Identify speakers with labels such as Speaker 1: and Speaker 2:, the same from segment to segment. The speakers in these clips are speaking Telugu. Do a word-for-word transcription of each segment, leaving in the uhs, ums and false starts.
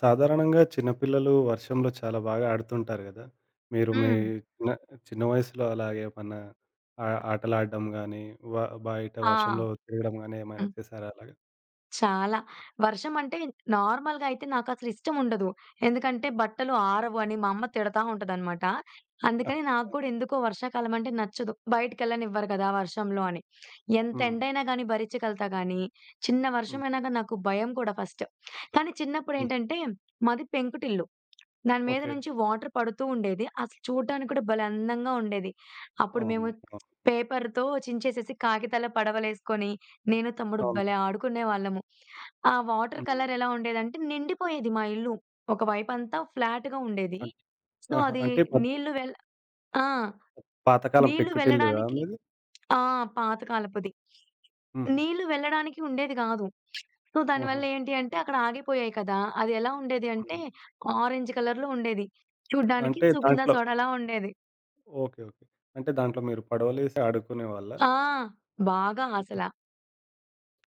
Speaker 1: సాధారణంగా చిన్నపిల్లలు వర్షంలో చాలా బాగా ఆడుతుంటారు గదా! మీరు మీ
Speaker 2: హ్మ్.
Speaker 1: చిన్న చిన్న వయసులో అలాగే ఏమన్నా ఆ ఆటలు ఆడడం గానీ, వ బయట
Speaker 2: ఆ!
Speaker 1: వర్షంలో తిరగడం గానీ ఏమైనా
Speaker 2: హ్మ్.
Speaker 1: చేశారా అలాగా?
Speaker 2: చాలా. వర్షం అంటే నార్మల్‌గా అయితే నాకసలు ఇష్టం ఉండదు. ఎందుకంటే బట్టలు ఆరవు అని మా అమ్మ తిడతా ఉంటదనమాట. అందుకని నాకు గూడా ఎందుకో వర్షాకాలం అంటే నచ్చదు. బయటికెళ్ళనివ్వరు కదా! వర్షంలో అని. ఎంత
Speaker 1: హ్మ్.
Speaker 2: ఎండైనా గానీ భరించగలుగుతా గానీ, చిన్న
Speaker 1: హ్మ్.
Speaker 2: వర్షమైనా గానీ నాకు భయం కూడా ఫస్ట్. కానీ
Speaker 1: హ్మ్.
Speaker 2: చిన్నప్పుడేంటంటే మాది పెంకుటిల్లు. దాని మీద
Speaker 1: ఓకే.
Speaker 2: నుంచి వాటర్ పడుతూ ఉండేది. అసలు చూడడానికి కూడా భలే అందంగా ఉండేది. అప్పుడు మేము
Speaker 1: అవును. అవును.
Speaker 2: పేపర్‌తో చించేసేసి కాగితాల పడవలేసుకొని నేను, తమ్ముడు
Speaker 1: అవును.
Speaker 2: భలే ఆడుకునేవాళ్ళము. ఆ వాటర్
Speaker 1: హ్మ్.
Speaker 2: కలర్ ఎలా ఉండేదంటే నిండిపోయేది మా ఇల్లు. ఒక వైపంతా ఫ్లాట్‌గా ఉండేది.
Speaker 1: అన్
Speaker 2: సో,
Speaker 1: ఆహా!
Speaker 2: అది
Speaker 1: అంటే పత్
Speaker 2: నీళ్లు వెళ్ ఆ!
Speaker 1: పాతకాలం
Speaker 2: నీళ్లు
Speaker 1: పెంకుటిల్లుదా
Speaker 2: వెళ్ళడానికి
Speaker 1: మీది?
Speaker 2: ఆ! పాత కాలపుది.
Speaker 1: హుహు.
Speaker 2: నీళ్లు వెళ్ళడానికి ఉండేది గాదు. సో,
Speaker 1: ఆహా!
Speaker 2: దానివల్ల ఏంటి అంటే అక్కడ ఆగిపోయాయి కదా! అది ఎలా ఉండేది అంటే
Speaker 1: హ్మ్.
Speaker 2: ఆరెంజ్ కలర్‌లో ఉండేది. చూడ్డానికి
Speaker 1: అంటే
Speaker 2: సుగంధ
Speaker 1: దాంట్లో
Speaker 2: సోడాలా ఉండేది.
Speaker 1: ఓకే. ఓకే. అంటే దాంట్లో మీరు పడవలేసి ఆడుకునేవాళ్ళా?
Speaker 2: ఆ! బాగా
Speaker 1: హుహు.
Speaker 2: అసల.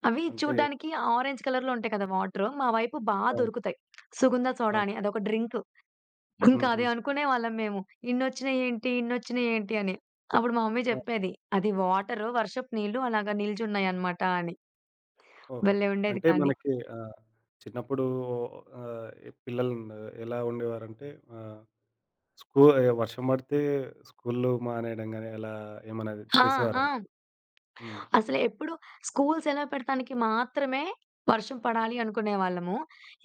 Speaker 2: అవి
Speaker 1: అంటే
Speaker 2: చూడ్డానికి ఆరెంజ్ కలర్‌లో ఉంటాయి కదా! వాటరు. మా వైపు బా
Speaker 1: అవును.
Speaker 2: దొరుకుతాయి. సుగంధ సోడా
Speaker 1: అవును.
Speaker 2: అని అదొక డ్రింకు. ఇంకా
Speaker 1: హుహు.
Speaker 2: అది అనుకునేవాళ్ళం మేము. ఇన్నొచ్చినాయేంటి? ఇన్నొచ్చినాయేంటి? అని. అప్పుడు మా మమ్మీ చెప్పేది. అది వాటరు, వర్షపు నీళ్ళు అలాగా నిల్చున్నాయన్నమాట అని.
Speaker 1: ఓహో!
Speaker 2: భలే ఉండేది
Speaker 1: అంటే
Speaker 2: కానీ.
Speaker 1: మనకి ఆహ్, చిన్నప్పుడు ఆహ్, పిల్లలు ఎలా ఉండేవారంటే ఆహ్, స్కూ వర్షం పడితే స్కూలు మానేయడం గాని అలా ఏమన్నా
Speaker 2: ఆ!
Speaker 1: చేసేవారా
Speaker 2: ఆ!
Speaker 1: మీరు? హ్మ్.
Speaker 2: అసలెప్పుడు స్కూల్ సెలవు పెడతానికి మాత్రమే వర్షం పడాలి అనుకునేవాళ్ళము.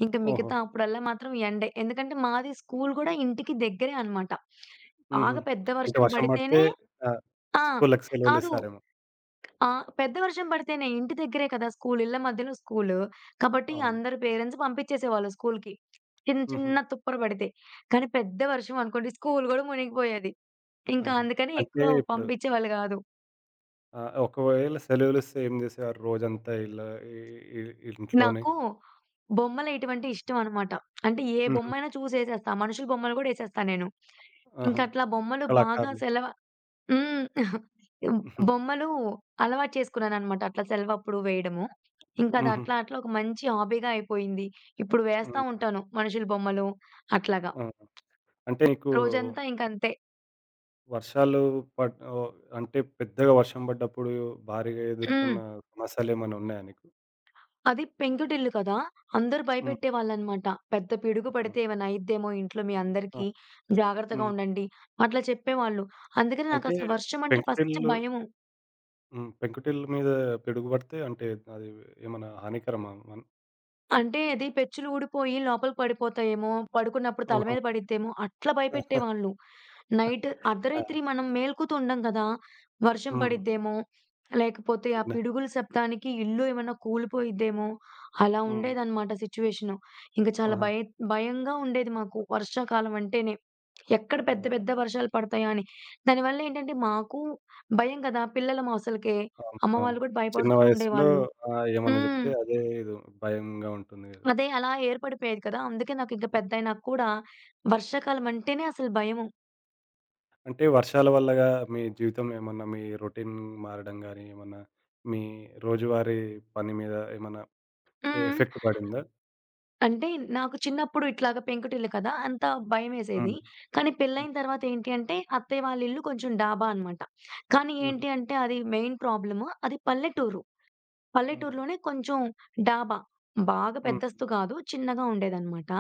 Speaker 2: ఇంక
Speaker 1: ఓహో!
Speaker 2: మిగతా అప్పుడల్లా మాత్రం ఎండే. ఎందుకంటే మాది స్కూల్ గూడా ఇంటికి దగ్గరే అనమాట.
Speaker 1: హుహు.
Speaker 2: బాగా పెద్ద
Speaker 1: అంటే
Speaker 2: వర్షం
Speaker 1: వర్షం పడితే
Speaker 2: పడితేనే
Speaker 1: ఆ!
Speaker 2: ఆ!
Speaker 1: స్కూలుకి
Speaker 2: కాదు.
Speaker 1: సెలవులిస్తారేమో.
Speaker 2: ఆ! పెద్ద వర్షం పడితేనే ఇంటి దగ్గరే కదా స్కూలు. ఇళ్ళ మధ్యలో స్కూలు. కాబట్టి
Speaker 1: అవును.
Speaker 2: అందరు పేరెంట్స్ పంపించేసేవాళ్ళు స్కూలుకి. చిన్న
Speaker 1: హుహు.
Speaker 2: చిన్న తుప్పరు పడితే. కానీ పెద్ద వర్షం అనుకోండి స్కూలు గూడా మునిగిపోయేది. ఇంకా
Speaker 1: ఆహా!
Speaker 2: అందుకని
Speaker 1: అంటే
Speaker 2: ఎక్కువ
Speaker 1: ఇప్పుడు
Speaker 2: పంపించేవాళ్ళు గాదు.
Speaker 1: ఆహ్, ఒకవేళ సెలవులిస్తే ఏం చేసేవారు రోజంతా ఇలా ఇ ఇ ఇంట్లోనే?
Speaker 2: నాకు బొమ్మలేయటమంటే ఇష్టం అనమాట. అంటే ఏ
Speaker 1: హుహు.
Speaker 2: బొమ్మైనా చూసేసేస్తా. మనుషుల బొమ్మలు గూడా ఏసేస్తా నేను.
Speaker 1: ఆహా!
Speaker 2: ఇంకట్లా బొమ్మలు బాగా
Speaker 1: కళాకారులు.
Speaker 2: సెలవ హ్మ్.
Speaker 1: హుహు.
Speaker 2: బొమ్మలు అలవాటు చేసుకున్నాననమాట. అట్లా సెలవప్పుడు వేయడము. ఇంకా అది
Speaker 1: హుహు.
Speaker 2: అట్లా అట్లా ఒక మంచి హాబీగా అయిపోయింది. ఇప్పుడు వేస్తా
Speaker 1: హ్మ్.
Speaker 2: ఉంటాను మనుషుల బొమ్మలు అట్లాగా.
Speaker 1: ఆ! అంటే నీకు
Speaker 2: రోజంతా ఇంక అంతే.
Speaker 1: వర్షాలు పడ్ ఓహ్! అంటే పెద్దగా వర్షం పడ్డప్పుడు భారీగా
Speaker 2: హ్మ్.
Speaker 1: ఎదుర్కొన్న సమస్యలేమన్నా ఉన్నాయా నీకు?
Speaker 2: అది పెంకుటిల్లు కదా! అందరూ
Speaker 1: హ్మ్.
Speaker 2: భయపెట్టేవాళ్ళనమాట. పెద్ద పిడుగు
Speaker 1: ఆ!
Speaker 2: పడితే ఏమైనా అయిద్దేమో ఇంట్లో మీ
Speaker 1: ఆ!
Speaker 2: అందరికీ జాగ్రత్తగా
Speaker 1: హ్మ్.
Speaker 2: ఉండండి. అట్లా చెప్పేవాళ్ళు. అందుకని
Speaker 1: అంటే
Speaker 2: నాకసలు వర్షం అంటే ఫస్ట్
Speaker 1: పెంకుటిల్లు
Speaker 2: భయము.
Speaker 1: హ్మ్. పెంకుటిల్లు మీద పిడుగు పడితే అంటే అది ఏమన్నా హానికరమా? మన
Speaker 2: అంటే అది పెచ్చులు ఊడిపోయి లోపలికి పడిపోతాయేమో, పడుకున్నప్పుడు తల
Speaker 1: ఆహా!
Speaker 2: మీద పడిద్దేమో అట్లా భయపెట్టేవాళ్ళు. నైట్
Speaker 1: ఆ!
Speaker 2: అర్ధరాత్రి మనం మేల్కుతుండం కదా! వర్షం
Speaker 1: హ్మ్.
Speaker 2: పడిద్దేమో, లేకపోతే ఆ
Speaker 1: చిన్న
Speaker 2: పిడుగుల శబ్దానికి ఇల్లు ఏమన్నా కూలిపోయిద్దేమో, అలా
Speaker 1: హ్మ్.
Speaker 2: ఉండేదనమాట సిట్యుయేషను. ఇంక చాలా
Speaker 1: ఆహా!
Speaker 2: భయ భయంగా ఉండేది మాకు వర్షాకాలం అంటేనే. ఎక్కడ పెద్ద
Speaker 1: ఆ!
Speaker 2: పెద్ద వర్షాలు పడతాయా అని. దానివల్ల ఏంటంటే మాకు భయం కదా! పిల్లలం అసలకే.
Speaker 1: అవును.
Speaker 2: అమ్మ
Speaker 1: అవును.
Speaker 2: వాళ్ళు కూడా
Speaker 1: చిన్న
Speaker 2: భయపడుతూ
Speaker 1: వయస్సులో
Speaker 2: ఉండేవాళ్ళు.
Speaker 1: ఆ! ఏమన్నా
Speaker 2: హ్మ్.
Speaker 1: జెప్తే అదే ఏదో భయంగా ఉంటుంది గదా!
Speaker 2: అదే అలా ఏర్పడిపోయేది కదా! అందుకే నాకింక పెద్దయినాక కూడా వర్షాకాలం అంటేనే అసలు భయము.
Speaker 1: అంటే వర్షాల వల్లగా మీ జీవితం ఏమన్నా మీ రొటీన్ మారడం గానీ, ఏమన్నా మీ రోజువారీ పని మీద ఏమన్నా ఎ
Speaker 2: హ్మ్.
Speaker 1: ఎఫెక్ట్ పడిందా?
Speaker 2: అంటే నాకు చిన్నప్పుడు ఇట్లాగా పెంకుటిల్లు కదా! అంత భయమేసేది.
Speaker 1: హ్మ్.
Speaker 2: కానీ
Speaker 1: హ్మ్.
Speaker 2: పెళ్లయిన తర్వాత ఏంటి అంటే అత్తయ్య వాళ్ళ ఇల్లు కొంచెం డాబా అనమాట. కానీ
Speaker 1: హుహు.
Speaker 2: ఏంటి అంటే అది మెయిన్ ప్రాబ్లము. అది పల్లెటూరు.
Speaker 1: హ్మ్.
Speaker 2: పల్లెటూరులోనే కొంచెం డాబా. బాగా
Speaker 1: హ్మ్.
Speaker 2: పెద్దస్తు కాదు. చిన్నగా ఉండేదనమాట.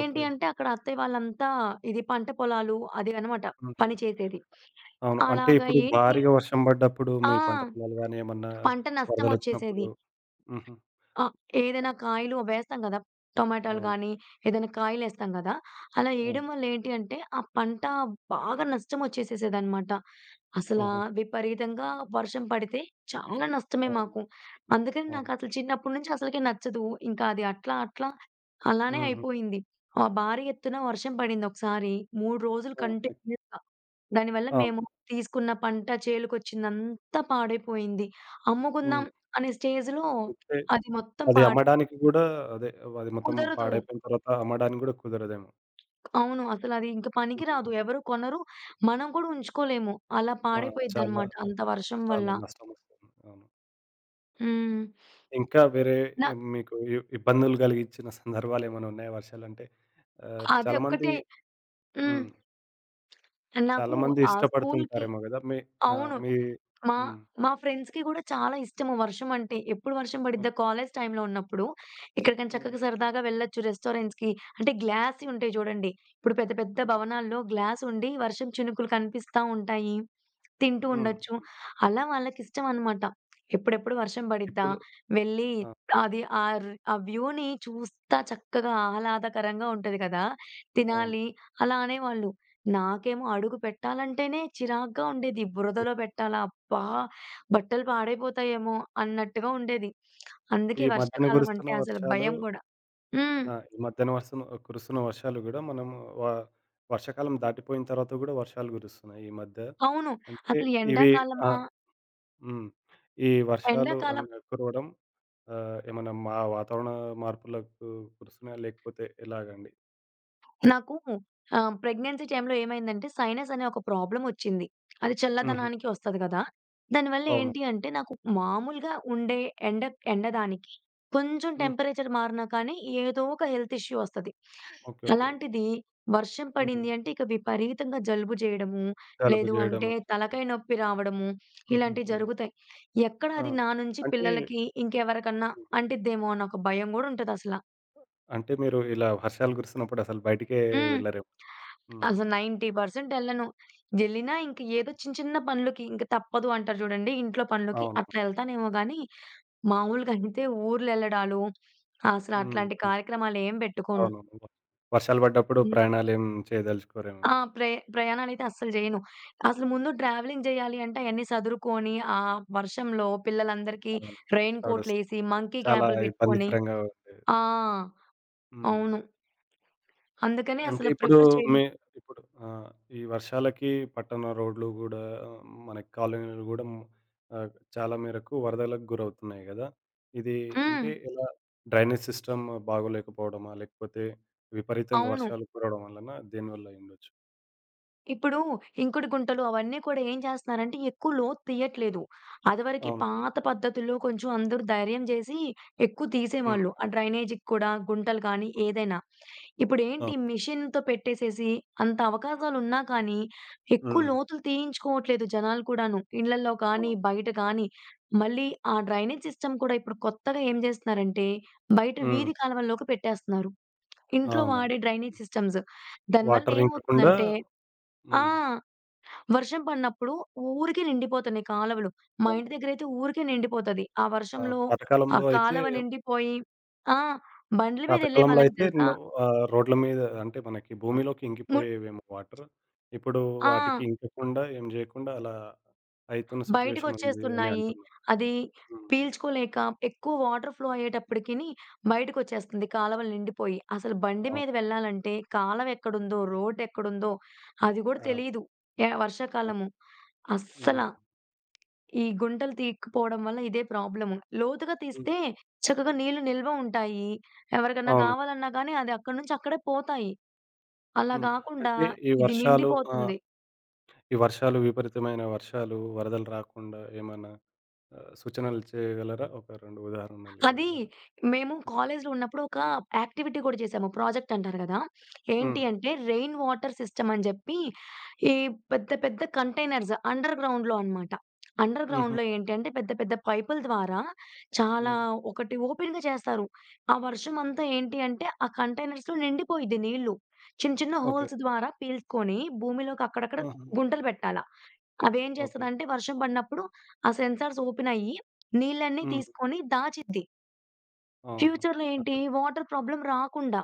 Speaker 2: ఏంటి అంటే అక్కడ అత్తయ్య వాళ్ళంతా ఇది పంట పొలాలు అది అనమాట
Speaker 1: హుహు.
Speaker 2: పని చేసేది.
Speaker 1: అవును. అంటే
Speaker 2: అలాగా
Speaker 1: ఇప్పుడు
Speaker 2: ఏంటి
Speaker 1: భారీగా వర్షం పడ్డప్పుడు
Speaker 2: ఆ!
Speaker 1: మీ పంట పొలాలు గానీ, ఏమన్నా
Speaker 2: పంట నష్టమొచ్చేసేది.
Speaker 1: వరదలొచ్చినప్పుడు హుహు.
Speaker 2: ఆ! ఏదైనా కాయలు అవేస్తాం గదా! టొమాటోలు
Speaker 1: అవును.
Speaker 2: గానీ, ఏదైనా కాయలేస్తాం గదా! అలా ఏయడం
Speaker 1: అవును.
Speaker 2: వల్ల ఏంటి అంటే, ఆ పంట బాగా నష్టమొచ్చేసేసేదనమాట. అసలా
Speaker 1: ఓహో!
Speaker 2: విపరీతంగా వర్షం పడితే చాలా నష్టమే
Speaker 1: అవును.
Speaker 2: మాకు. అందుకని
Speaker 1: అవును.
Speaker 2: నాకసలు చిన్నప్పటి నుంచి అసలకే నచ్చదు. ఇంకా అది అట్లా, అట్లా అలానే
Speaker 1: హుహు.
Speaker 2: అయిపోయింది. ఆహ్, భారీ ఎత్తున వర్షం పడిందొకసారి. మూడు రోజులు
Speaker 1: ఓకే.
Speaker 2: కంటిన్యూయస్‌గా. దానివల్ల
Speaker 1: అవును.
Speaker 2: మేము తీసుకున్న పంట చేలుకొచ్చిందంతా పాడైపోయింది. అమ్ముకుందాం
Speaker 1: హ్మ్.
Speaker 2: అనే స్టేజ్‌లో
Speaker 1: అంటే
Speaker 2: అది మొత్తం
Speaker 1: అది అమ్మడానికి
Speaker 2: పాడైపోతుంది.
Speaker 1: గూడా అదే అది మొత్తం
Speaker 2: కుదరదు.
Speaker 1: పాడైపోయిన తర్వాత అమ్మడానికి గూడా కుదరదేమో.
Speaker 2: అవును. అసలది ఇంక
Speaker 1: హుహు.
Speaker 2: పనికిరాదు. ఎవరు కొనరు. మనం కూడా ఉంచుకోలేము. అలా
Speaker 1: ఆ! చాలా
Speaker 2: పాడైపోయిద్దనమాట అంత వర్షం వల్ల.
Speaker 1: చాలా నష్టమొస్తుంది. అవును.
Speaker 2: హ్మ్.
Speaker 1: ఇంకా వేరే
Speaker 2: నా
Speaker 1: మీకు ఇ ఇబ్బందులు కలిగించిన సందర్భాలేమైనా ఉన్నాయా వర్షాలంటే? ఆహ్, చాలామంది
Speaker 2: అదొక్కటే హ్మ్.
Speaker 1: హ్మ్.
Speaker 2: నాకు
Speaker 1: చాలామంది
Speaker 2: ఆ స్కూల్‌కి
Speaker 1: ఇష్టపడుతుంటారేమో గదా! మీ ఆ!
Speaker 2: అవును.
Speaker 1: మీ
Speaker 2: మా
Speaker 1: హ్మ్.
Speaker 2: మా ఫ్రెండ్స్‌కి గూడా చాలా ఇష్టము వర్షం అంటే. ఎప్పుడు వర్షం పడిద్దా
Speaker 1: ఓకే.
Speaker 2: కాలేజ్ టైమ్‌లో ఉన్నప్పుడు, ఎక్కడికైనా
Speaker 1: హ్మ్.
Speaker 2: చక్కగా సరదాగా వెళ్ళొచ్చు రెస్టారెంట్స్‌కి. అంటే గ్లాస్‌యి ఉంటాయి చూడండి. ఇప్పుడు పెద్ద పెద్ద
Speaker 1: హ్మ్.
Speaker 2: భవనాల్లో గ్లాస్ ఉండి వర్షం చినుకులు కనిపిస్తా ఉంటాయి. తింటూ
Speaker 1: హ్మ్.
Speaker 2: ఉండొచ్చు. అలా వాళ్ళకిష్టం అన్నమాట. ఎప్పుడెప్పుడు వర్షం పడిద్దా?
Speaker 1: ఇప్పుడు
Speaker 2: వెళ్ళి
Speaker 1: ఆ!
Speaker 2: అది ఆర్ ఆ వ్యూని చూస్తా చక్కగా ఆహ్లాదకరంగా ఉంటది కదా!
Speaker 1: అవును.
Speaker 2: తినాలి అలా అనేవాళ్ళు. నాకేమో అడుగు పెట్టాలంటేనే చిరాగ్గా ఉండేది. బురదలో పెట్టాలా? అబ్బా! బట్టలు పాడైపోతాయేమో అన్నట్టుగా ఉండేది. అందుకే
Speaker 1: ఈ మధ్యన
Speaker 2: వర్షాకాలం
Speaker 1: కురుస్తున్న
Speaker 2: అంటే అసలు
Speaker 1: వర్షాలు
Speaker 2: భయం గూడా. హ్మ్.
Speaker 1: ఆ! ఈ మధ్యన వర్షం కురుస్తున్న వర్షాలు గూడా మనము వ వర్షాకాలం దాటిపోయిన తర్వాత గూడా వర్షాలు కురుస్తున్నాయి ఈ మధ్య.
Speaker 2: అవును.
Speaker 1: అంటే
Speaker 2: అసలు
Speaker 1: ఇవి ఆ!
Speaker 2: ఎండాకాలమా?
Speaker 1: హ్మ్. ఈ వర్షాలు
Speaker 2: ఎండాకాలం
Speaker 1: అండ్ కురవడం ఆహ్, ఏమన్నా మా వాతావరణ మార్పులకు కురుస్తున్నాయా? లేకపోతే ఎలాగండి?
Speaker 2: నాకు ఆహ్, ప్రెగ్నెన్సీ టైమ్‌లో ఏమైందంటే సైనస్ అనే ఒక ప్రాబ్లమొచ్చింది. అది
Speaker 1: హుహు.
Speaker 2: చల్లదనానికి వస్తది గదా! దానివల్ల
Speaker 1: అవును.
Speaker 2: ఏంటి అంటే నాకు మామూలుగా ఉండే ఎండ ఎండదానికి కొంచెం
Speaker 1: హ్మ్.
Speaker 2: టెంపరేచర్ మారినా కానీ ఏదో ఒక హెల్త్ ఇష్యూ వస్తది.
Speaker 1: ఓకే. ఓకే.
Speaker 2: అలాంటిది వర్షం
Speaker 1: హుహు.
Speaker 2: పడింది అంటే ఇక విపరీతంగా జలుబు జేయడము,
Speaker 1: జలుబు
Speaker 2: లేదు అంటే
Speaker 1: జేయడము.
Speaker 2: తలకాయ నొప్పి రావడము ఇలాంటివి
Speaker 1: హుహుహు.
Speaker 2: జరుగుతాయి. ఎక్కడ
Speaker 1: ఆ!
Speaker 2: అది నా నుంచి
Speaker 1: అంటే
Speaker 2: పిల్లలకి ఇంకెవరికన్నా
Speaker 1: హ్మ్.
Speaker 2: అంటిద్దేమో అన్న ఒక భయం గూడా ఉంటదసల.
Speaker 1: అంటే మీరు ఇలా వర్షాలు కురుస్తున్నప్పుడు అసలు బయటికే
Speaker 2: హ్మ్.
Speaker 1: వెళ్లరేమో. హ్మ్.
Speaker 2: అసలు తొంభై శాతం ఎళ్ళను. ఎళ్ళినా ఇంక ఏదో చిన్న చిన్న పనులకి ఇంక తప్పదు అంటారు చూడండి. ఇంట్లో పనులకి
Speaker 1: అవును.
Speaker 2: అట్లా ఎళ్తానేమో గానీ, మామూలుగా అయితే ఊర్లెళ్ళడాలు అసలు
Speaker 1: హ్మ్.
Speaker 2: అట్లాంటి
Speaker 1: హ్మ్.
Speaker 2: కార్యక్రమాలేం పెట్టుకోను.
Speaker 1: అవునవును. వర్షాలు పడ్డప్పుడు
Speaker 2: హ్మ్.
Speaker 1: ప్రయాణాలేం చేయదలుచుకోరేమో
Speaker 2: ఆ!
Speaker 1: మీరు.
Speaker 2: ప్రే ప్రయాణాలైతే అస్సలు జేయను. అసలు ముందు ట్రావెలింగ్ జేయాలి అంటే అయన్నీ సదురుకొని, ఆ వర్షంలో పిల్లలందరికీ
Speaker 1: అవును.
Speaker 2: రెయిన్
Speaker 1: తడుస్తూ
Speaker 2: కోట్‌లేసి, మంకీ
Speaker 1: చాలా
Speaker 2: క్యాపులు పెట్టుకొని
Speaker 1: ఇబ్బందికరంగా ఉండేది.
Speaker 2: ఆ!
Speaker 1: హ్మ్.
Speaker 2: అవును. అందుకని
Speaker 1: అంటే
Speaker 2: అసలు
Speaker 1: ఇప్పుడు
Speaker 2: ప్రిఫర్ చేయను.
Speaker 1: మీ ఇప్పుడు ఆ! ఈ వర్షాలకి పట్టణ రోడ్లు గూడా మనకి కాలనీలు గూడా ఆహ్, చాలా మేరకు వరదలకు గురవుతున్నాయి గదా! ఇది
Speaker 2: హ్మ్.
Speaker 1: అంటే ఎలా డ్రైనేజ్ సిస్టమ్ బాగోలేకపోవడమా? లేకపోతే విపరీతంగా
Speaker 2: అవును.
Speaker 1: వర్షాలు కురవడం వల్లనా? దేనివల్ల అయ్యుండొచ్చు?
Speaker 2: ఇప్పుడు ఇంకుడు గుంటలు అవన్నీ కూడా ఏం చేస్తున్నారంటే ఎక్కువ లోతు తీయట్లేదు. అదివరకి
Speaker 1: అవును.
Speaker 2: పాత పద్ధతుల్లో కొంచెం అందరూ ధైర్యం చేసి ఎక్కువ
Speaker 1: హ్మ్.
Speaker 2: తీసేవాళ్ళు. ఆ డ్రైనేజీకి కూడా గుంటలు కానీ
Speaker 1: హ్మ్.
Speaker 2: ఏదైనా. ఇప్పుడేంటి
Speaker 1: అవును.
Speaker 2: మిషన్‌తో పెట్టేసేసి అంత అవకాశాలున్నా కానీ ఎక్కువ
Speaker 1: హ్మ్.
Speaker 2: లోతులు తీయించుకోవట్లేదు జనాలు కూడాను. ఇళ్లల్లో
Speaker 1: ఆ!
Speaker 2: కానీ, బయట కానీ. మళ్ళీ ఆ డ్రైనేజ్ సిస్టమ్ కూడా ఇప్పుడు కొత్తగా ఏం చేస్తున్నారంటే బయట
Speaker 1: హ్మ్.
Speaker 2: వీధి కాలువల్లోకి పెట్టేస్తున్నారు. ఇంట్లో
Speaker 1: అవును.
Speaker 2: వాడే డ్రైనేజ్ సిస్టమ్స్. దానివల్ల
Speaker 1: వాటర్ ఇంకకుండా
Speaker 2: ఏమవుతుందంటే ఆ!
Speaker 1: హ్మ్.
Speaker 2: వర్షం పడినప్పుడు ఊరికే నిండిపోతున్నాయి కాలవలు. మా
Speaker 1: అవును.
Speaker 2: ఇంటి దగ్గరైతే ఊరికే నిండిపోతది. ఆ
Speaker 1: ఆ!
Speaker 2: వర్షంలో ఆ
Speaker 1: పాతకాలంలో అయితే
Speaker 2: కాలవ నిండిపోయి ఆ! బండ్ల మీదెళ్ళే
Speaker 1: పాతకాలంలో
Speaker 2: వాళ్ళకి
Speaker 1: అయితే
Speaker 2: తెలుసా
Speaker 1: న్ ఆహ్, రోడ్ల మీద అంటే మనకి భూమిలోకి
Speaker 2: ము
Speaker 1: ఇంకిపోయేవేమో వాటర్. ఇప్పుడు వాటికి
Speaker 2: ఆ!
Speaker 1: ఇంకకుండా ఏం జేయకుండా అలా అయితున్న సిట్యుయేషన్ ఉంది అని
Speaker 2: బయటకొచ్చేస్తున్నాయి.
Speaker 1: అంటున్నారు.
Speaker 2: అది
Speaker 1: హ్మ్.
Speaker 2: పీల్చుకోలేక ఎక్కువ వాటర్ ఫ్లో అయ్యేటప్పటికిని బయటకొచ్చేస్తుంది కాలవలు నిండిపోయి. అసలు బండి మీద
Speaker 1: అవును.
Speaker 2: వెళ్ళాలంటే కాలవ ఎక్కడుందో, రోడ్డెక్కడుందో అది గూడా
Speaker 1: ఆ!
Speaker 2: తెలీదు. యాహ్!
Speaker 1: ఆ!
Speaker 2: వర్షాకాలము. అస్సల.
Speaker 1: హ్మ్.
Speaker 2: ఈ గుంటలు తీయకపోవడం వల్ల ఇదే ప్రాబ్లము. లోతుగా
Speaker 1: హ్మ్.
Speaker 2: తీస్తే చక్కగా నీళ్లు నిల్వ ఉంటాయి. ఎవరికన్నా
Speaker 1: అవును.
Speaker 2: కావాలన్నా గానీ అది అక్కడి నుంచి అక్కడే పోతాయి. అలా
Speaker 1: హ్మ్.
Speaker 2: గాకుండా
Speaker 1: అంటే ఈ
Speaker 2: ఇది
Speaker 1: వర్షాలు ఆ!
Speaker 2: నిండిపోతుంది.
Speaker 1: ఈ వర్షాలు విపరీతమైన వర్షాలు, వరదలు రాకుండా ఏమన్నా ఆహ్, సూచనలు చేయగలరా? ఒక రెండు ఉదాహరణలు
Speaker 2: అది
Speaker 1: ఇవ్వగలరా?
Speaker 2: మేము కాలేజ్‌లో ఉన్నప్పుడు ఒక యాక్టివిటీ కూడా చేసాము. ప్రాజెక్ట్ అంటారు కదా!
Speaker 1: హ్మ్.
Speaker 2: ఏంటి అంటే రెయిన్ వాటర్ సిస్టమ్ అని చెప్పి ఈ పెద్ద పెద్ద కంటైనర్స్ అండర్ గ్రౌండ్‌లో అన్నమాట. అండర్
Speaker 1: హుహు.
Speaker 2: గ్రౌండ్‌లో ఏంటి అంటే పెద్ద పెద్ద పైపుల ద్వారా చాలా
Speaker 1: హ్మ్.
Speaker 2: ఒకటి ఓపెన్‌గా చేస్తారు. ఆ వర్షం అంతా ఏంటి అంటే ఆ కంటైనర్స్‌లో నిండిపోయిద్ది నీళ్లు. చిన్న చిన్న
Speaker 1: ఓకే.
Speaker 2: హోల్స్ ద్వారా పీల్చుకొని భూమిలోకి అక్కడక్కడ
Speaker 1: ఆహా!
Speaker 2: గుంటలు పెట్టాలా. అవేం
Speaker 1: ఓకే.
Speaker 2: చేస్తదంటే వర్షం పడినప్పుడు ఆ సెన్సార్స్ ఓపెన్ అయ్యి నీళ్ళన్నీ
Speaker 1: హ్మ్.
Speaker 2: తీసుకొని దాచిద్ది.
Speaker 1: ఆహా!
Speaker 2: ఫ్యూచర్‌లో ఏంటి? వాటర్ ప్రాబ్లమ్ రాకుండా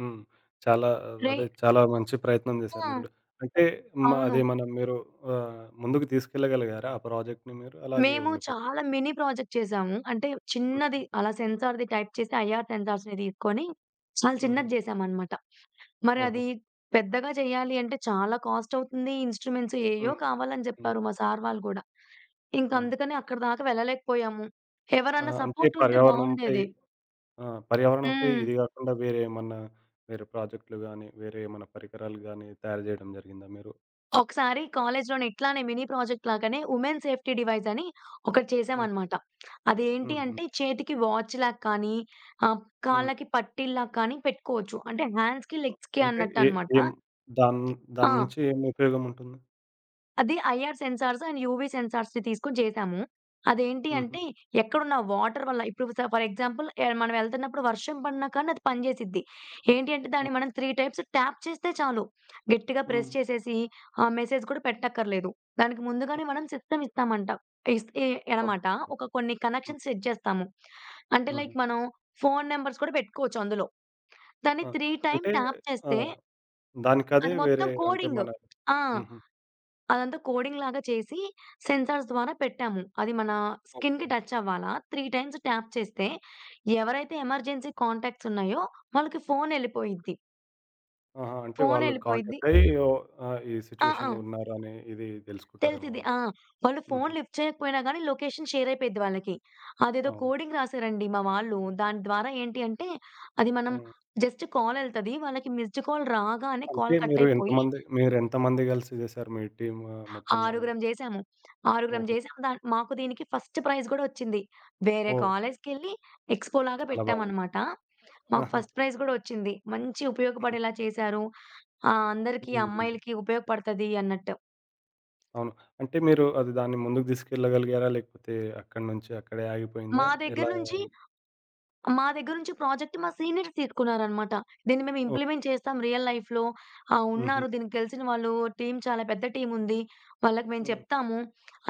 Speaker 1: హ్మ్. చాలా
Speaker 2: రే
Speaker 1: అదే చాలా మంచి ప్రయత్నం చేశారు
Speaker 2: ఆ!
Speaker 1: మీరు గూడా. అంటే మ
Speaker 2: అవును.
Speaker 1: అది మనం మీరు ఆహ్, ముందుకు తీసుకెళ్ళగలిగారా ఆ ప్రాజెక్ట్‌ని మీరు? అలాగే
Speaker 2: మేము
Speaker 1: ఉండిపోయిందా?
Speaker 2: చాలా మినీ ప్రాజెక్ట్ చేసాము. అంటే
Speaker 1: హ్మ్.
Speaker 2: చిన్నది అలా సెన్సార్‌ది టైప్ చేసి ఐఆర్ సెన్సార్స్‌ని తీసుకొని చాలా
Speaker 1: హుహు.
Speaker 2: చిన్నది చేశామనమాట. మరి
Speaker 1: ఓహో!
Speaker 2: అది పెద్దగా చేయాలి అంటే చాలా కాస్ట్ అవుతుంది. ఇన్‌స్ట్రుమెంట్స్ ఏయో
Speaker 1: హ్మ్.
Speaker 2: కావాలని
Speaker 1: హ్మ్.
Speaker 2: చెప్పారు మా సార్ వాళ్ళు గూడా. ఇంక
Speaker 1: అవును.
Speaker 2: అందుకని అక్కడి దాకా వెళ్ళలేకపోయాము.
Speaker 1: ఆ!
Speaker 2: ఎవరన్నా
Speaker 1: అంటే
Speaker 2: సపోర్ట్ ఉంటే
Speaker 1: పర్యావరణంపై
Speaker 2: బావుండేది.
Speaker 1: ఆ! పర్యావరణంపై
Speaker 2: హ్మ్.
Speaker 1: ఇది గాకుండా వేరే ఏమన్నా వేరే ప్రాజెక్ట్‌లు గానీ, వేరే ఏమన్నా పరికరాలు గానీ తయారు జేయడం జరిగిందా మీరు?
Speaker 2: ఒకసారి కాలేజ్‌లోనే ఇట్లానే మినీ ప్రాజెక్ట్ లాగానే ఉమెన్ సేఫ్టీ డివైస్ అని ఒకటి
Speaker 1: హ్మ్.
Speaker 2: చేశామనమాట. అదేంటి
Speaker 1: హ్మ్. హ్మ్.
Speaker 2: అంటే చేతికి వాచ్‌లా కానీ, ఆహ్,
Speaker 1: హ్మ్.
Speaker 2: కాళ్ళకి పట్టీల్లా కానీ పెట్టుకోవచ్చు. అంటే హ్యాండ్స్‌కి, లెగ్స్‌కి
Speaker 1: అంటే ఏ
Speaker 2: అన్నట్టనమాట.
Speaker 1: ఏం దాన్
Speaker 2: ఆ!
Speaker 1: దాన్నుంచి ఏం ఉపయోగం ఉంటుంది?
Speaker 2: అది ఐఆర్ సెన్సార్స్ అండ్ యూవీ సెన్సార్స్‌ని తీసుకొని చేశాము. అదేంటి
Speaker 1: హుహు.
Speaker 2: అంటే ఎక్కడున్న వాటర్ వల్ల ఇప్పుడు స ఫర్ ఎగ్జాంపుల్ ఎ మనం వెళ్తున్నప్పుడు వర్షం పడినా కానీ అది పనిచేసిద్ది. ఏంటి అంటే దాన్ని మనం
Speaker 1: ఆ!
Speaker 2: మూడు టైమ్స్ ట్యాప్ చేస్తే చాలు. గట్టిగా ప్రెస్
Speaker 1: హ్మ్.
Speaker 2: చేసేసి ఆహ్, మెసేజ్ కూడా పెట్టక్కర్లేదు. దానికి ముందుగానే
Speaker 1: ఆహా!
Speaker 2: మనం సిస్టమ్ ఇస్తామంట. ఇస్ ఎ అనమాట.
Speaker 1: ఓకే.
Speaker 2: ఒక కొన్ని
Speaker 1: హ్మ్.
Speaker 2: కనెక్షన్స్ సెట్ చేస్తాము. అంటే
Speaker 1: హుహు.
Speaker 2: లైక్ మనం ఫోను నంబర్స్ కూడా పెట్టుకోవచ్చు అందులో. దాన్ని
Speaker 1: ఆ!
Speaker 2: మూడు టైమ్
Speaker 1: అంటే
Speaker 2: ట్యాప్
Speaker 1: ఆ!
Speaker 2: చేస్తే
Speaker 1: దానికదే
Speaker 2: అది మొత్తం
Speaker 1: వేరే అంటే
Speaker 2: కోడింగ్.
Speaker 1: మన
Speaker 2: ఆ!
Speaker 1: హుహు.
Speaker 2: అదంతా కోడింగ్‌లాగా చేసి సెన్సార్స్ ద్వారా పెట్టాము. అది మన
Speaker 1: ఓకే.
Speaker 2: స్కిన్‌కి టచ్ అవ్వాలా, మూడు టైమ్స్ ట్యాప్ చేస్తే ఎవరైతే ఎమర్జెన్సీ కాంటాక్ట్స్ ఉన్నాయో వాళ్ళకి ఫోనెళ్ళిపోయిద్ది.
Speaker 1: ఆహా! అంటే వాళ్ళు
Speaker 2: ఫోనెళ్ళిపోయిద్ది
Speaker 1: కాంటాక్ట్ అయ్యి ఓ ఆహ్, ఈ
Speaker 2: ఆ! ఆ!
Speaker 1: సిట్యుయేషన్‌లో ఉన్నారని ఇది తెలుసుకుంటారేమో
Speaker 2: తెలిసిద్ది.
Speaker 1: వాళ్ళు.
Speaker 2: ఆ! వాళ్ళు ఫోన్
Speaker 1: హుహు.
Speaker 2: లిఫ్ట్ చేయకపోయినా గానీ లొకేషన్ షేర్ అయిపోయిద్ది వాళ్ళకి. అదేదో
Speaker 1: అవును.
Speaker 2: కోడింగ్ రాసారండి మా వాళ్ళు. దాని ద్వారా ఏంటి అంటే అది మనం
Speaker 1: హ్మ్.
Speaker 2: జస్ట్ కాల్ ఎళ్తది. వాళ్ళకి మిస్డ్ కాల్ రాగానే
Speaker 1: అంటే
Speaker 2: కాల్ కట్
Speaker 1: మీరు
Speaker 2: అయిపోయి
Speaker 1: ఎంతమంది మీరెంతమంది కలిసి చేశారు మీ టీమ్ మొత్తం?
Speaker 2: ఆరుగురం జేసాము. ఆరుగురం
Speaker 1: ఓహో!
Speaker 2: జేసాం. దాన్ మాకు దీనికి ఫస్ట్ ప్రైజ్ గూడా ఒచ్చింది. వేరే
Speaker 1: ఓహ్!
Speaker 2: కాలేజ్‌కెళ్ళి ఎక్స్‌పోలాగా
Speaker 1: చాలా బాగుంది.
Speaker 2: పెట్టామనమాట. మాకు
Speaker 1: ఆహా!
Speaker 2: ఫస్ట్ ప్రైజ్ గూడా ఒచ్చింది. మంచి
Speaker 1: హ్మ్.
Speaker 2: ఉపయోగపడేలా చేశారు. ఆహ్, అందరికీ
Speaker 1: హ్మ్.
Speaker 2: అమ్మాయిలకి ఉపయోగపడతది అన్నట్టు.
Speaker 1: అవును. అంటే మీరు అది దాన్ని ముందుకు తీసుకెళ్ళగలిగారా? లేకపోతే అక్కడి నుంచి అక్కడే
Speaker 2: మా
Speaker 1: ఆగిపోయిందా?
Speaker 2: దగ్గర
Speaker 1: ఎలా
Speaker 2: నుంచి
Speaker 1: అయింది?
Speaker 2: మా దగ్గర నుంచి ప్రాజెక్ట్ మా సీనియర్స్ తీసుకున్నారనమాట. దీన్ని మేము
Speaker 1: ఓకే.
Speaker 2: ఇంప్లిమెంట్ చేస్తాం రియల్ లైఫ్‌లో. ఆహ్,
Speaker 1: హుహు.
Speaker 2: ఉన్నారు దీనికి తెలిసిన వాళ్ళు టీమ్ చాలా పెద్ద టీమ్ ఉంది. వాళ్ళకి మేము
Speaker 1: హ్మ్.
Speaker 2: చెప్తాము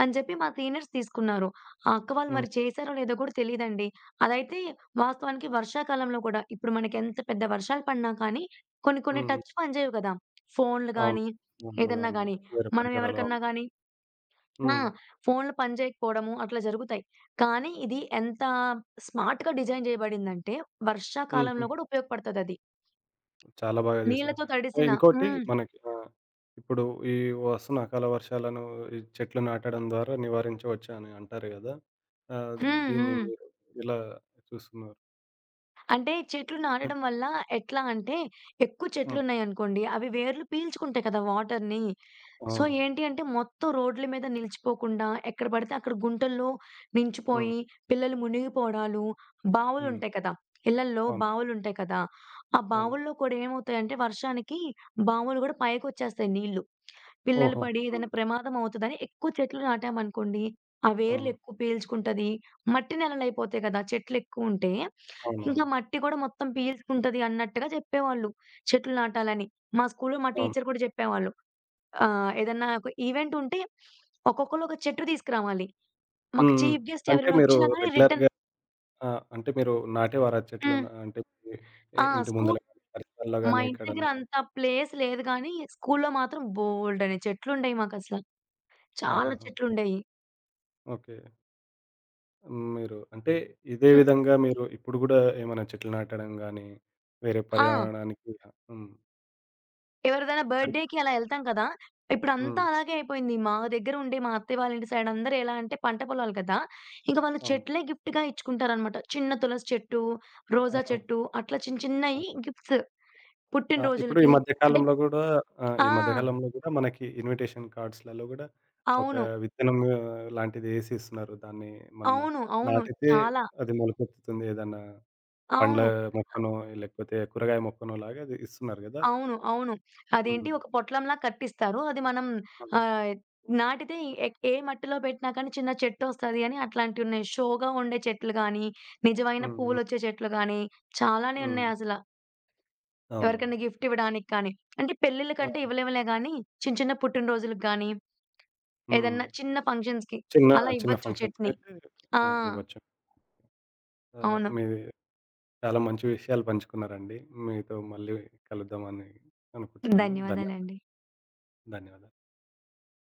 Speaker 2: అని చెప్పి మా సీనియర్స్ తీసుకున్నారు. ఆ అక్క వాళ్ళు
Speaker 1: హ్మ్.
Speaker 2: మరి చేశారో లేదో కూడా తెలీదండి. అదైతే వాస్తవానికి వర్షాకాలంలో కూడా ఇప్పుడు మనకెంత పెద్ద వర్షాలు పడినా కానీ కొన్ని కొన్ని
Speaker 1: హ్మ్.
Speaker 2: టచ్ పనిచేయవు కదా! ఫోన్‌లు
Speaker 1: అవును.
Speaker 2: గానీ,
Speaker 1: ఫోన్‌లో
Speaker 2: ఏదన్నా
Speaker 1: గాని,
Speaker 2: గానీ.
Speaker 1: వేరే
Speaker 2: మనం
Speaker 1: పరికరాలు.
Speaker 2: ఎవరికన్నా
Speaker 1: అవును.
Speaker 2: గానీ ఆ!
Speaker 1: హ్మ్.
Speaker 2: ఫోన్‌లు పని చేయకపోవడము అట్లా జరుగుతాయి. కానీ ఇది ఎంత స్మార్ట్‌గా డిజైన్ చేయబడిందంటే
Speaker 1: హుహు.
Speaker 2: వర్షాకాలంలో కూడా ఉపయోగపడతదది.
Speaker 1: చాలా బాగా చేశారు.
Speaker 2: నీళ్ళతో
Speaker 1: ఆహ్,
Speaker 2: తడిసిన
Speaker 1: ఇంకోటి
Speaker 2: హ్మ్.
Speaker 1: మనకి ఆ! ఇప్పుడు ఈ వస్తున్న అకాల వర్షాలను ఈ చెట్లు నాటడం ద్వారా నివారించవచ్చు అని అంటారు గదా! ఆహ్,
Speaker 2: హ్మ్.
Speaker 1: దీన్ని
Speaker 2: హ్మ్.
Speaker 1: మీరు ఎలా చూస్తున్నారు?
Speaker 2: అంటే చెట్లు
Speaker 1: హ్మ్.
Speaker 2: నాటడం వల్ల ఎట్లా అంటే, ఎక్కువ
Speaker 1: హ్మ్.
Speaker 2: చెట్లున్నాయనుకోండి, అవి వేర్లు పీల్చుకుంటాయి కదా వాటర్‌ని. సో,
Speaker 1: అవును.
Speaker 2: ఏంటి అంటే మొత్తం రోడ్ల మీద నిలిచిపోకుండా, ఎక్కడ పడితే అక్కడ గుంటల్లో
Speaker 1: హ్మ్.
Speaker 2: నించిపోయి, పిల్లలు మునిగిపోవడాలు,
Speaker 1: హ్మ్.
Speaker 2: బావులుంటాయి కదా! ఇళ్లల్లో
Speaker 1: అవును.
Speaker 2: బావులుంటాయి కదా! ఆ
Speaker 1: అవును.
Speaker 2: బావుల్లో కూడా ఏమవుతాయంటే వర్షానికి బావులు గూడా పైకొచ్చేస్తాయి నీళ్లు. పిల్లలు
Speaker 1: ఓహో!
Speaker 2: పడి ఏదైనా
Speaker 1: హ్మ్.
Speaker 2: ప్రమాదం అవుతదని ఎక్కువ చెట్లు నాటామనుకోండి, ఆ వేర్లు
Speaker 1: అవును.
Speaker 2: ఎక్కువ పీల్చుకుంటది. మట్టి నేలలయిపోతాయి కదా! చెట్లెక్కువుంటే.
Speaker 1: అవునవును.
Speaker 2: ఇంకా మట్టి కూడా మొత్తం పీల్చుకుంటది అన్నట్టుగా చెప్పేవాళ్ళు. చెట్లు నాటాలని. మా స్కూల్‌లో మా
Speaker 1: అవును.
Speaker 2: టీచర్ కూడా చెప్పేవాళ్ళు. ఆహ్, ఏదన్నా ఒక ఈవెంట్ ఉంటే ఒక్కొక్కళ్ళు ఒక చెట్టు తీసుకురావాలి. మాకు
Speaker 1: హ్మ్. హ్మ్.
Speaker 2: చీఫ్ గెస్ట్
Speaker 1: అంటే
Speaker 2: ఎవరైనా
Speaker 1: మీరు
Speaker 2: వచ్చినా గానీ రిటర్న్
Speaker 1: రెగ్యులర్‌గా ఆ! అంటే మీరు నాటేవారా
Speaker 2: హ్మ్.
Speaker 1: చెట్లను? అంటే మీ ఎ
Speaker 2: ఆ!
Speaker 1: ఇంటి
Speaker 2: స్కూల్
Speaker 1: ముందల గాని, పరిసరాల్లో
Speaker 2: మా
Speaker 1: గాని
Speaker 2: ఓహ్! ఇంటి దగ్గర
Speaker 1: ఎక్కడన్నా?
Speaker 2: అంత ప్లేస్ లేదు గానీ, స్కూల్‌లో మాత్రం బోలెడన్ని చెట్లుండేయి మాకసల. చాలా
Speaker 1: ఆహాహా!
Speaker 2: చెట్లుండేయి.
Speaker 1: ఓకే. హ్మ్. మీరు అంటే ఇదే
Speaker 2: హ్మ్.
Speaker 1: విధంగా మీరు ఇప్పుడు గూడా ఏమైనా చెట్లు నాటడం గానీ, వేరే
Speaker 2: ఆ!
Speaker 1: పర్యావరణానికి హ్మ్.
Speaker 2: ఎవరిదైనా
Speaker 1: అంటే
Speaker 2: బర్త్‌డే‌కి అలా ఎళ్తాం కదా! ఇప్పుడంతా
Speaker 1: హ్మ్.
Speaker 2: అలాగే అయిపోయింది. మా దగ్గర ఉండే మా అత్తయ్య వాళ్ళ ఇంటి సైడ్ అందరూ ఎలా అంటే పంట పొలాలు కదా! ఇంక వాళ్ళు
Speaker 1: అవును.
Speaker 2: చెట్లే గిఫ్ట్‌గా ఇచ్చుకుంటారనమాట. చిన్న తులసి చెట్టు, రోజా
Speaker 1: ఆహా!
Speaker 2: చెట్టు అట్లా చిన్న చిన్నయి
Speaker 1: అవును.
Speaker 2: గిఫ్ట్స్
Speaker 1: ఆ! ఇప్పుడు ఈ
Speaker 2: పుట్టినరోజులకి.
Speaker 1: మధ్య
Speaker 2: అంటే
Speaker 1: కాలంలో గూడా ఆ! ఈ మధ్య
Speaker 2: ఆ!
Speaker 1: కాలంలో గూడా మనకి ఇన్విటేషన్ కార్డ్స్‌లలో గూడా ఒక
Speaker 2: అవును.
Speaker 1: విత్తనం ఆహ్, లాంటిదేసి ఇస్తున్నారు. దాన్ని మనము
Speaker 2: అవును. అవును.
Speaker 1: నాటితే
Speaker 2: చాలా.
Speaker 1: అది మొలకెత్తుతుంది. ఏదన్నా పండ్ల
Speaker 2: అవును.
Speaker 1: మొక్కనో, లేకపోతే కూరగాయ మొక్కనో లాగా అది ఇస్తున్నారు గదా!
Speaker 2: అవును. అవును. అదేంటి
Speaker 1: హ్మ్.
Speaker 2: ఒక పొట్లంలా కట్టిస్తారు. అది మనం
Speaker 1: అవును.
Speaker 2: ఆహ్, నాటితే ఎ ఏ మట్టిలో పెట్టినా కానీ చిన్న చెట్టొస్తది అని అట్లాంటివున్నాయి. షోగా ఉండే చెట్లు గానీ, నిజమైన
Speaker 1: హ్మ్. హ్మ్.
Speaker 2: పువ్వులొచ్చే చెట్లు గానీ, చాలానే
Speaker 1: హ్మ్.
Speaker 2: ఉన్నాయసల.
Speaker 1: అవునవును.
Speaker 2: ఎవరికైనా గిఫ్ట్ ఇవ్వడానికి కానీ, అంటే పెళ్ళిళ్ళకంటే
Speaker 1: అవును.
Speaker 2: ఇవ్వలేములే గానీ, చిన్న చిన్న పుట్టినరోజులకు గానీ,
Speaker 1: హ్మ్.
Speaker 2: ఏదన్నా చిన్న ఫంక్షన్స్‌కి
Speaker 1: చిన్న
Speaker 2: అలా
Speaker 1: చిన్న
Speaker 2: ఇవ్వచ్చు చెట్‌ని.
Speaker 1: ఫంక్షన్స్‌కైతే
Speaker 2: ఆ!
Speaker 1: ఆ! ఇవ్వచ్చు. ఆహ్,
Speaker 2: అవును.
Speaker 1: మీది చాలా మంచి విషయాలు పంచుకున్నారండి. మీతో మళ్ళీ కలుద్దామని అనుకుంటున్నాను. ధన్యవాదాలు.
Speaker 2: ధన్యవాదాలండి.
Speaker 1: ధన్యవాదాలు.